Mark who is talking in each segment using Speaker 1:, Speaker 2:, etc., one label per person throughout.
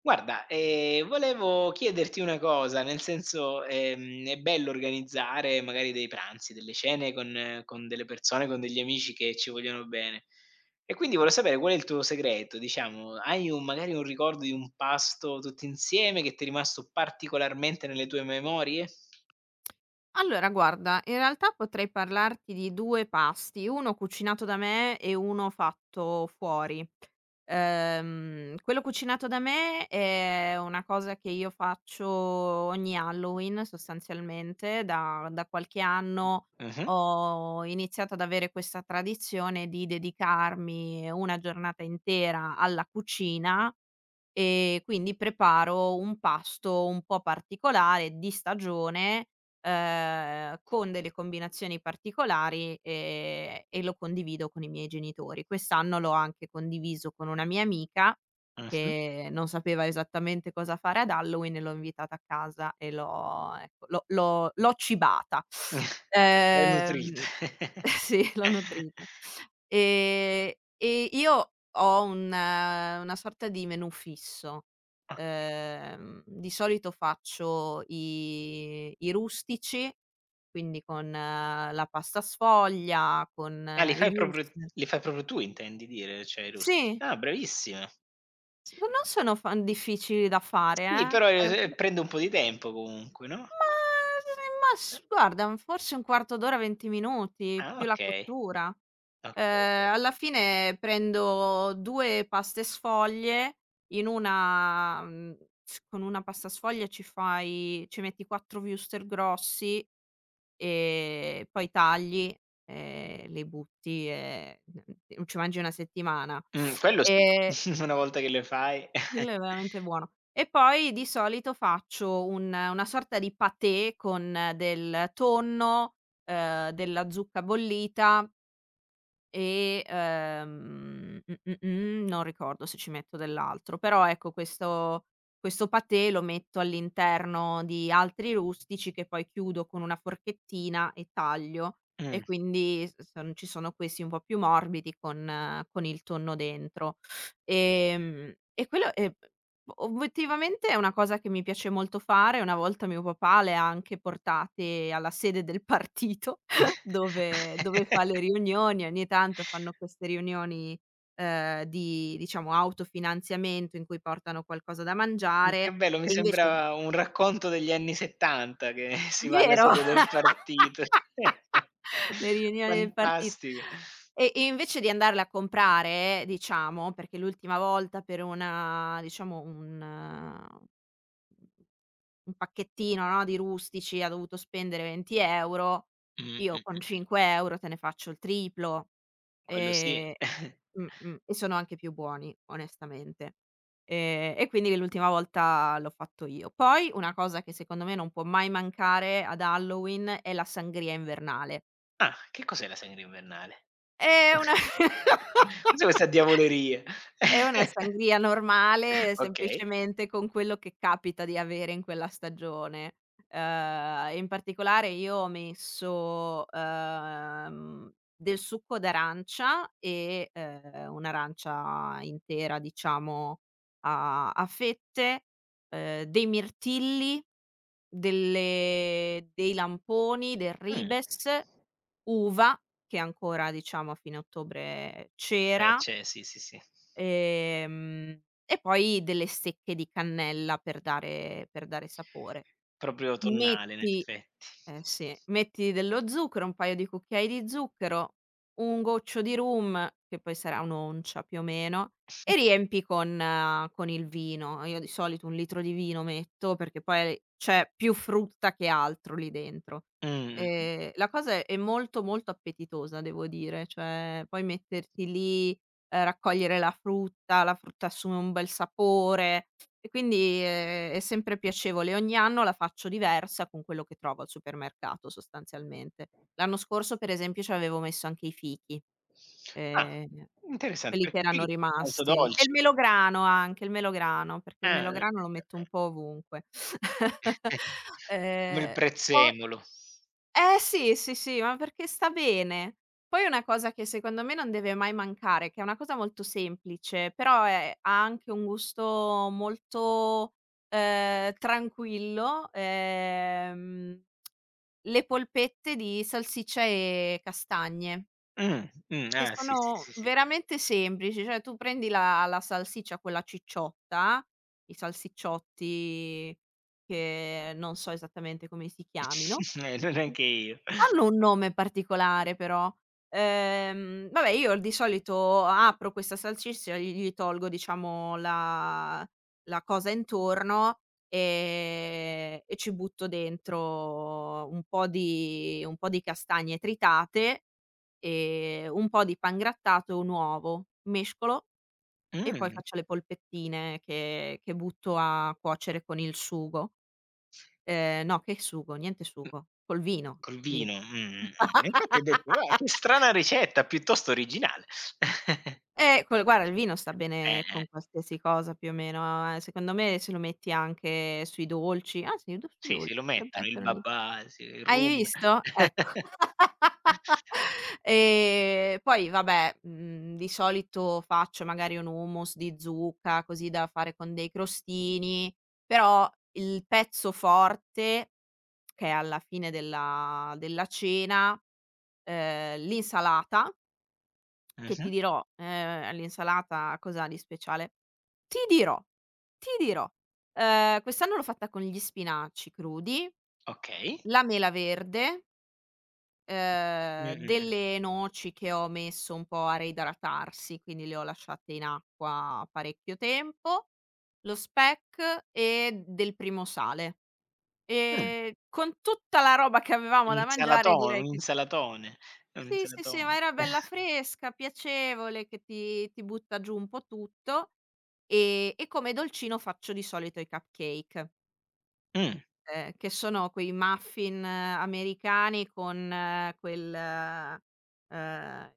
Speaker 1: Guarda, volevo chiederti una cosa, nel senso, è bello organizzare magari dei pranzi, delle cene con delle persone, con degli amici che ci vogliono bene. E quindi volevo sapere qual è il tuo segreto, diciamo. Hai un magari un ricordo di un pasto tutti insieme che ti è rimasto particolarmente nelle tue memorie?
Speaker 2: Allora guarda, in realtà potrei parlarti di 2 pasti, uno cucinato da me e uno fatto fuori. Quello cucinato da me è una cosa che io faccio ogni Halloween sostanzialmente, da qualche anno
Speaker 1: Mh-mh,
Speaker 2: ho iniziato ad avere questa tradizione di dedicarmi una giornata intera alla cucina e quindi preparo un pasto un po' particolare, di stagione, con delle combinazioni particolari, e lo condivido con i miei genitori. Quest'anno l'ho anche condiviso con una mia amica,
Speaker 1: mh-mh.
Speaker 2: che non sapeva esattamente cosa fare ad Halloween e l'ho invitata a casa e l'ho ecco, l'ho cibata.
Speaker 1: Ben nutrite.
Speaker 2: Ehm sì, l'ho nutrita. Ehm, e io ho un una sorta di menù fisso.
Speaker 1: Okay.
Speaker 2: Di solito faccio i rustici, quindi con la pasta sfoglia, con
Speaker 1: Ah,
Speaker 2: i wurstel.
Speaker 1: li fai proprio tu intendi dire, cioè i rustici.
Speaker 2: Sì,
Speaker 1: Ah, bravissima.
Speaker 2: s non sono fa difficili da fare,
Speaker 1: Sì, però,
Speaker 2: ehm, ma
Speaker 1: prende un po' di tempo comunque, no?
Speaker 2: ma s guarda, forse un quarto d'ora, 20 minuti,
Speaker 1: Ah,
Speaker 2: più la
Speaker 1: okay.
Speaker 2: cottura.
Speaker 1: Okay, okay.
Speaker 2: Alla fine prendo 2 paste sfoglie, in una mhmm, s con una pasta sfoglia ci metti 4 wurstel grossi e poi tagli e li butti e n ci mangi 1 settimana.
Speaker 1: Quello sì.
Speaker 2: Ehm,
Speaker 1: Una volta che le fai.
Speaker 2: quello è veramente buono. E poi di solito faccio un una sorta di patè con del tonno, della zucca bollita e, non ricordo se ci metto dell'altro, però ecco questo patè lo metto all'interno di altri rustici che poi chiudo con una forchettina e taglio
Speaker 1: Mh.
Speaker 2: e quindi s son ci sono questi un po' più morbidi con il tonno dentro. E quello è obiettivamente è una cosa che mi piace molto fare. Una volta mio papà le ha anche portate alla sede del partito dove fa le riunioni, ogni tanto fanno queste riunioni, di diciamo autofinanziamento in cui portano qualcosa da
Speaker 1: Che
Speaker 2: mangiare
Speaker 1: bello, mi
Speaker 2: e invece di
Speaker 1: sembra un racconto degli anni '70 che si va alla
Speaker 2: vero?
Speaker 1: sede del partito.
Speaker 2: Le riunioni del partito.
Speaker 1: Fantastico.
Speaker 2: E invece di andarle a comprare, diciamo, perché l'ultima volta per una diciamo un pacchettino, no, di rustici ha dovuto spendere 20 €,
Speaker 1: Mh, mh, mh,
Speaker 2: io con
Speaker 1: mh.
Speaker 2: 5 € te ne faccio il triplo,
Speaker 1: Quello sì.
Speaker 2: ehm mh-mh, e sono anche più buoni onestamente. E quindi l'ultima volta l'ho fatto io. Poi una cosa che secondo me non può mai mancare ad Halloween è la sangria invernale.
Speaker 1: Ah, che cos'è la Sangria Invernale?
Speaker 2: È una
Speaker 1: Cos'è questa diavoleria?
Speaker 2: È una sangria normale,
Speaker 1: Okay.
Speaker 2: semplicemente con quello che capita di avere in quella stagione. In particolare io ho messo, del succo d'arancia e, un'arancia intera diciamo a fette, dei mirtilli, delle dei lamponi, del
Speaker 1: Mh.
Speaker 2: ribes, uva, che ancora diciamo a fine ottobre c'era.
Speaker 1: C'è sì, sì, sì.
Speaker 2: Ehm, e poi delle stecche di cannella per dare sapore.
Speaker 1: Proprio autunnale in
Speaker 2: Metti
Speaker 1: effetti.
Speaker 2: eh sì, metti dello zucchero, un paio di cucchiai di zucchero, un goccio di rum, che poi sarà un'oncia più o meno, e riempi con il vino. Io di solito 1 litro di vino metto, perché poi c'è più frutta che altro lì dentro.
Speaker 1: Mh-mh.
Speaker 2: La cosa è molto, molto appetitosa devo dire, cioè poi metterti lì, raccogliere la frutta assume un bel sapore. E quindi, è sempre piacevole. Ogni anno la faccio diversa con quello che trovo al supermercato sostanzialmente. L'anno scorso per esempio ci avevo messo anche i fichi,
Speaker 1: Ah,
Speaker 2: ehm,
Speaker 1: interessante
Speaker 2: quelli che
Speaker 1: perché
Speaker 2: erano
Speaker 1: qui sono molto
Speaker 2: rimasti e il
Speaker 1: dolci.
Speaker 2: melograno anche, il melograno, perché il
Speaker 1: Ah.
Speaker 2: melograno lo metto un po' ovunque.
Speaker 1: Eh. Come il
Speaker 2: Ehm, poi
Speaker 1: prezzemolo.
Speaker 2: eh sì, sì, sì, ma perché sta bene. Poi una cosa che secondo me non deve mai mancare, che è una cosa molto semplice, però è ha anche un gusto molto, tranquillo, le polpette di salsiccia e castagne, che
Speaker 1: Ah sì, sì,
Speaker 2: sono
Speaker 1: sì, sì.
Speaker 2: veramente semplici, cioè tu prendi la salsiccia quella cicciotta, i salsicciotti che non so esattamente come si chiamino,
Speaker 1: No neanche io.
Speaker 2: hanno un nome particolare però. Vabbè io di solito apro questa salsiccia e gli tolgo diciamo la cosa intorno, e ci butto dentro un po' di castagne tritate, un po' di pangrattato e un uovo. Mescolo e poi
Speaker 1: Mh,
Speaker 2: faccio le polpettine che butto a cuocere con il sugo. No che sugo, niente sugo, col vino,
Speaker 1: col
Speaker 2: vino.
Speaker 1: vino, mh. Infatti ho detto: "Ah, che strana ricetta, piuttosto originale."
Speaker 2: Quel guarda il vino sta bene
Speaker 1: Eh.
Speaker 2: con qualsiasi cosa più o meno, secondo me se lo metti anche sui dolci ah sì, do sui
Speaker 1: Sì, sì,
Speaker 2: dolci
Speaker 1: lo
Speaker 2: potrebbe
Speaker 1: mettono, il
Speaker 2: essere un'i
Speaker 1: babà, sì, il
Speaker 2: hai
Speaker 1: rum.
Speaker 2: visto? Ecco. Poi vabbè, di solito faccio magari un hummus di zucca, così da fare con dei crostini, però il pezzo forte, che è alla fine della cena, l'insalata che
Speaker 1: Mh-mh,
Speaker 2: ti dirò, l'insalata cos'ha di speciale? Ti dirò, ti dirò, quest'anno l'ho fatta con gli spinaci crudi,
Speaker 1: okay.
Speaker 2: la mela verde,
Speaker 1: Mh, mh, mh.
Speaker 2: delle noci che ho messo un po' a reidratarsi, quindi le ho lasciate in acqua parecchio tempo, lo speck e del primo sale.
Speaker 1: Mh.
Speaker 2: Con tutta la roba che avevamo da mangiare
Speaker 1: L'insalato un
Speaker 2: direi che
Speaker 1: insalatone, è un
Speaker 2: sì, sì, sì,
Speaker 1: insalatone.
Speaker 2: ma era bella fresca, piacevole, che ti butta giù un po' tutto, e come dolcino faccio di solito i cupcake,
Speaker 1: Mh,
Speaker 2: che sono quei muffin americani con quel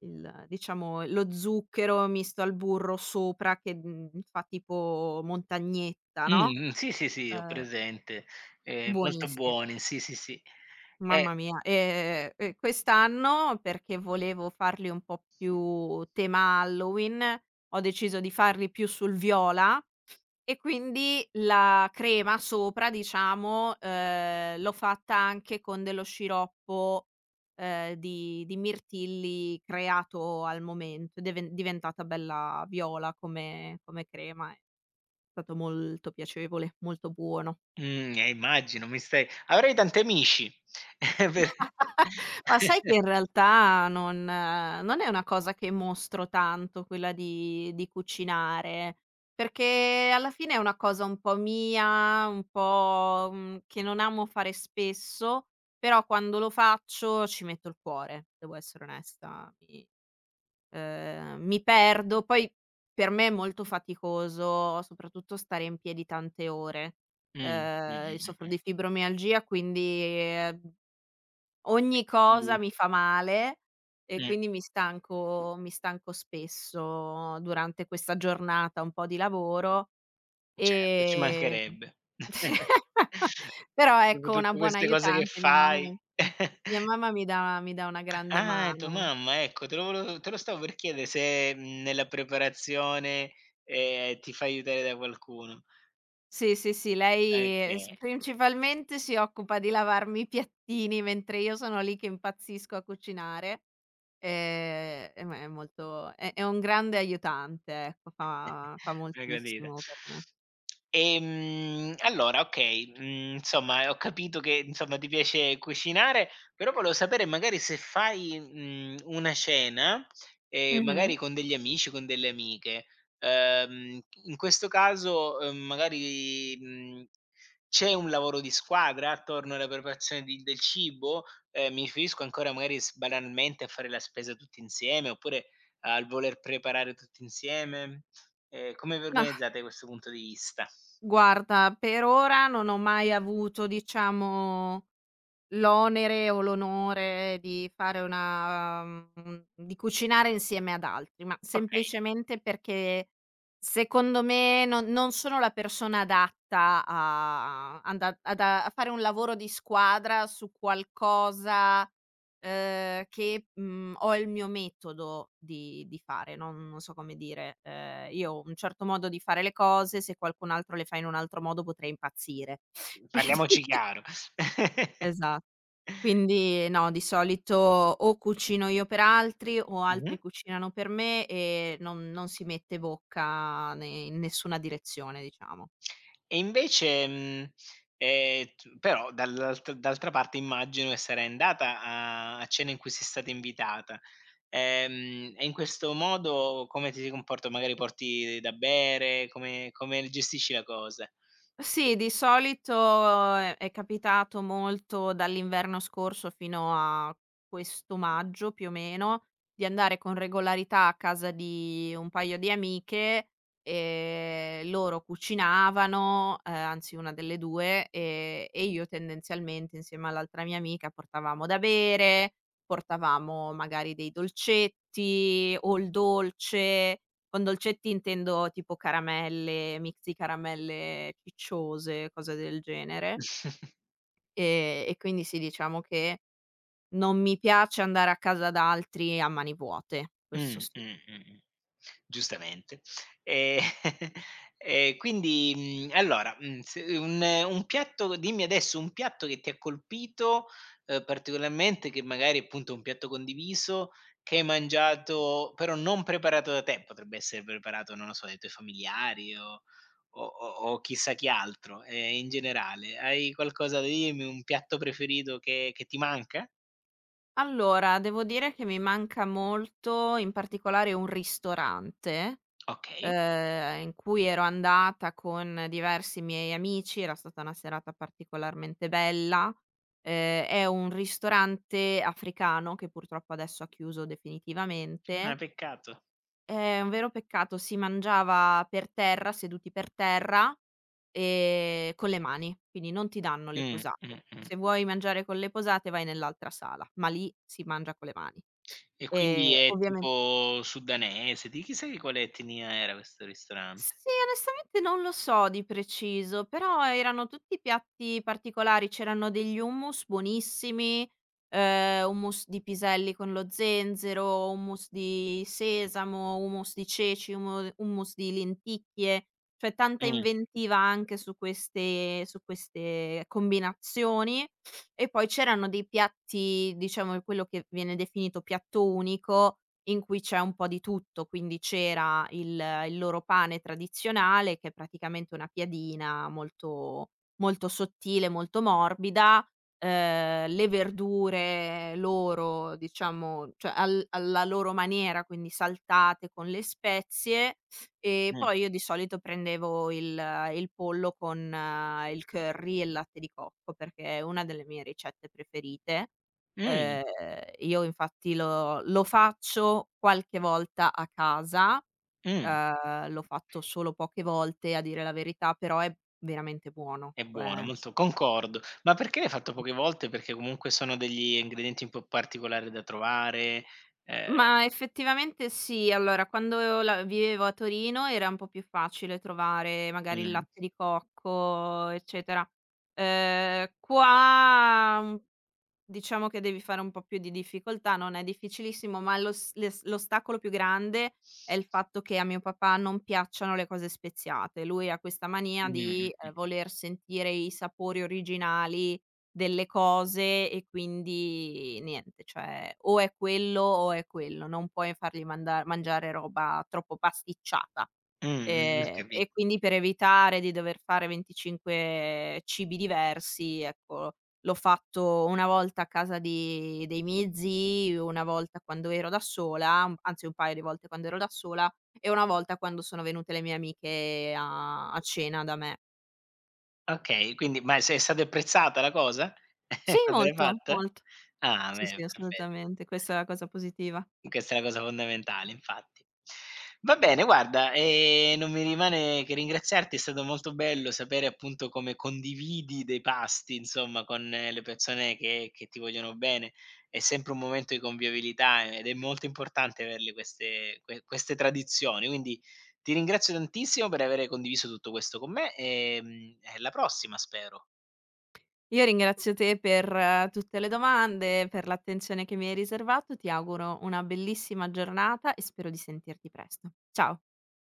Speaker 2: il diciamo lo zucchero misto al burro sopra che, fa tipo montagnetta, no,
Speaker 1: sì, sì, sì, ho
Speaker 2: ehm,
Speaker 1: presente. Molto
Speaker 2: buonissi
Speaker 1: buoni, sì, sì, sì. Eh,
Speaker 2: mamma mia, e quest'anno, perché volevo farli un po' più tema Halloween, ho deciso di farli più sul viola e quindi la crema sopra, diciamo, l'ho fatta anche con dello sciroppo, di mirtilli creato al momento ed è ven diventata bella viola come crema. È stato molto piacevole, molto buono.
Speaker 1: mhmm, immagino, mi stai avrei tanti amici. Per
Speaker 2: Ma sai che in realtà non è una cosa che mostro tanto quella di cucinare, perché alla fine è una cosa un po' mia, che non amo fare spesso, però quando lo faccio ci metto il cuore, devo essere onesta, mi perdo. Poi per me è molto faticoso soprattutto stare in piedi tante ore. Io soffro
Speaker 1: Mh.
Speaker 2: di fibromialgia quindi, ogni cosa mi fa male e
Speaker 1: Sì,
Speaker 2: quindi mi stanco spesso durante questa giornata un po' di lavoro,
Speaker 1: certo, ci
Speaker 2: ehm
Speaker 1: mancherebbe.
Speaker 2: però
Speaker 1: Dopo
Speaker 2: ecco una
Speaker 1: tutte
Speaker 2: buona
Speaker 1: queste cose che
Speaker 2: aiutante mia
Speaker 1: fai.
Speaker 2: mamma, mi dà una grande
Speaker 1: Ah, è tua
Speaker 2: mano.
Speaker 1: mamma, ecco, te lo stavo per chiedere se, nella preparazione, ti fai aiutare da qualcuno.
Speaker 2: Sì, sì, sì, lei
Speaker 1: Okay.
Speaker 2: s principalmente si occupa di lavarmi i piattini mentre io sono lì che impazzisco a cucinare. Ma è un grande aiutante, ecco, fa
Speaker 1: Una gradita.
Speaker 2: moltissimo per me.
Speaker 1: Allora okay, insomma ho capito che, insomma, ti piace cucinare, però volevo sapere magari se fai, una cena,
Speaker 2: Mh-mh.
Speaker 1: magari con degli amici, con delle amiche, in questo caso, magari, c'è un lavoro di squadra attorno alla preparazione di del cibo? Mi riferisco ancora magari s banalmente a fare la spesa tutti insieme, oppure al voler preparare tutti insieme. Come vi
Speaker 2: Mah,
Speaker 1: organizzate da questo punto di vista?
Speaker 2: guarda, per ora non ho mai avuto, diciamo, l'onere o l'onore di fare una di cucinare insieme ad altri, ma
Speaker 1: Okay,
Speaker 2: semplicemente perché secondo me non sono la persona adatta a anda ad a a fare un lavoro di squadra su qualcosa, che, ho il mio metodo di fare, non so come dire. Io ho un certo modo di fare le cose, se qualcun altro le fa in un altro modo potrei impazzire. Quindi
Speaker 1: parliamoci chiaro.
Speaker 2: esa quindi no, di solito o cucino io per altri o
Speaker 1: Mh-mh.
Speaker 2: altri cucinano per me e non si mette bocca ne in nessuna direzione, diciamo.
Speaker 1: E invece, t però dall'alt d'altra parte immagino che sarai andata a cene in cui sei stata invitata. E in questo modo come ti si comporta? Magari porti da bere? Come gestisci la cosa?
Speaker 2: Sì, di solito è capitato molto dall'inverno scorso fino a questo maggio, più o meno, di andare con regolarità a casa di un paio di amiche, loro cucinavano, anzi una delle 2, e io tendenzialmente insieme all'altra mia amica portavamo da bere, portavamo magari dei dolcetti o il dolce, con dolcetti intendo tipo caramelle, mix di caramelle cicciose, cose del genere. E quindi sì, diciamo che non mi piace andare a casa da altri a mani vuote,
Speaker 1: Mh,
Speaker 2: questo sì.
Speaker 1: mh. Giustamente. Ehm, e quindi, allora, se un un piatto dimmi adesso un piatto che ti ha colpito, particolarmente, che magari appunto è un piatto condiviso, che hai mangiato però non preparato da te, potrebbe essere preparato, non lo so, dai tuoi familiari o o o chissà chi altro, in generale. Hai qualcosa da dirmi, un piatto preferito che ti manca?
Speaker 2: Allora, devo dire che mi manca molto, in particolare un ristorante
Speaker 1: Okay.
Speaker 2: in cui ero andata con diversi miei amici, era stata una serata particolarmente bella. È un ristorante africano che purtroppo adesso ha chiuso
Speaker 1: Ah,
Speaker 2: definitivamente.
Speaker 1: peccato.
Speaker 2: È un vero peccato, si mangiava per terra, seduti per terra, con le mani, quindi non ti danno le
Speaker 1: Mh,
Speaker 2: posate.
Speaker 1: mh, mh.
Speaker 2: Se vuoi mangiare con le posate vai nell'altra sala, ma lì si mangia con le mani.
Speaker 1: E quindi è
Speaker 2: Ovviamente
Speaker 1: tipo sudanese, di chissà di quale etnia era questo
Speaker 2: Sì,
Speaker 1: ristorante.
Speaker 2: onestamente non lo so di preciso, però erano tutti piatti particolari, c'erano degli hummus buonissimi, hummus di piselli con lo zenzero, hummus di sesamo, hummus di ceci, humu hummus di lenticchie, cioè tanta
Speaker 1: Mh,
Speaker 2: inventiva anche su queste combinazioni. E poi c'erano dei piatti, diciamo quello che viene definito piatto unico in cui c'è un po' di tutto, quindi c'era il loro pane tradizionale, che è praticamente una piadina molto molto sottile, molto morbida, le verdure loro, diciamo, cioè al alla loro maniera, quindi saltate con le spezie, e
Speaker 1: mh,
Speaker 2: poi io di solito prendevo il pollo con il curry e il latte di cocco, perché è una delle mie ricette preferite.
Speaker 1: mh,
Speaker 2: Ehm, io infatti lo faccio qualche volta a casa,
Speaker 1: mh,
Speaker 2: l'ho fatto solo poche volte a dire la verità, però è veramente buono,
Speaker 1: è buono,
Speaker 2: cioè
Speaker 1: molto concordo. Ma perché l'hai fatto poche volte? Perché comunque sono degli ingredienti un po' particolari da trovare, ehm
Speaker 2: ma effettivamente sì. Allora, quando la vivevo a Torino era un po' più facile trovare magari il
Speaker 1: mh,
Speaker 2: latte di cocco, eccetera. Qua un Diciamo che devi fare un po' più di difficoltà, non è difficilissimo, ma l'ostacolo più grande è il fatto che a mio papà non piacciono le cose speziate. Lui ha questa mania
Speaker 1: mh,
Speaker 2: di,
Speaker 1: mh,
Speaker 2: voler sentire i sapori originali delle cose e quindi niente, cioè o è quello, non puoi fargli manda mangiare roba troppo pasticciata.
Speaker 1: mh, mh, ho
Speaker 2: E
Speaker 1: capito.
Speaker 2: quindi per evitare di dover fare 25 cibi diversi, ecco, l'ho fatto una volta a casa di dei miei zii, una volta quando ero da sola, un anzi un paio di volte quando ero da sola, e una volta quando sono venute le mie amiche a cena da me.
Speaker 1: Okay, quindi ma se è stata apprezzata la cosa?
Speaker 2: Sì,
Speaker 1: Quando l'hai
Speaker 2: molto,
Speaker 1: fatta?
Speaker 2: molto.
Speaker 1: Ah,
Speaker 2: Sì, sì,
Speaker 1: beh, perfetto.
Speaker 2: assolutamente. Questa è la cosa positiva.
Speaker 1: Questa è la cosa fondamentale, infatti. Va bene, guarda, non mi rimane che ringraziarti, è stato molto bello sapere appunto come condividi dei pasti, insomma, con le persone che ti vogliono bene. È sempre un momento di convivialità ed è molto importante averle queste tradizioni. Quindi ti ringrazio tantissimo per avere condiviso tutto questo con me, e mm, alla prossima spero.
Speaker 2: Io ringrazio te per tutte le domande, per l'attenzione che mi hai riservato. Ti auguro una bellissima giornata e spero di sentirti presto. Ciao.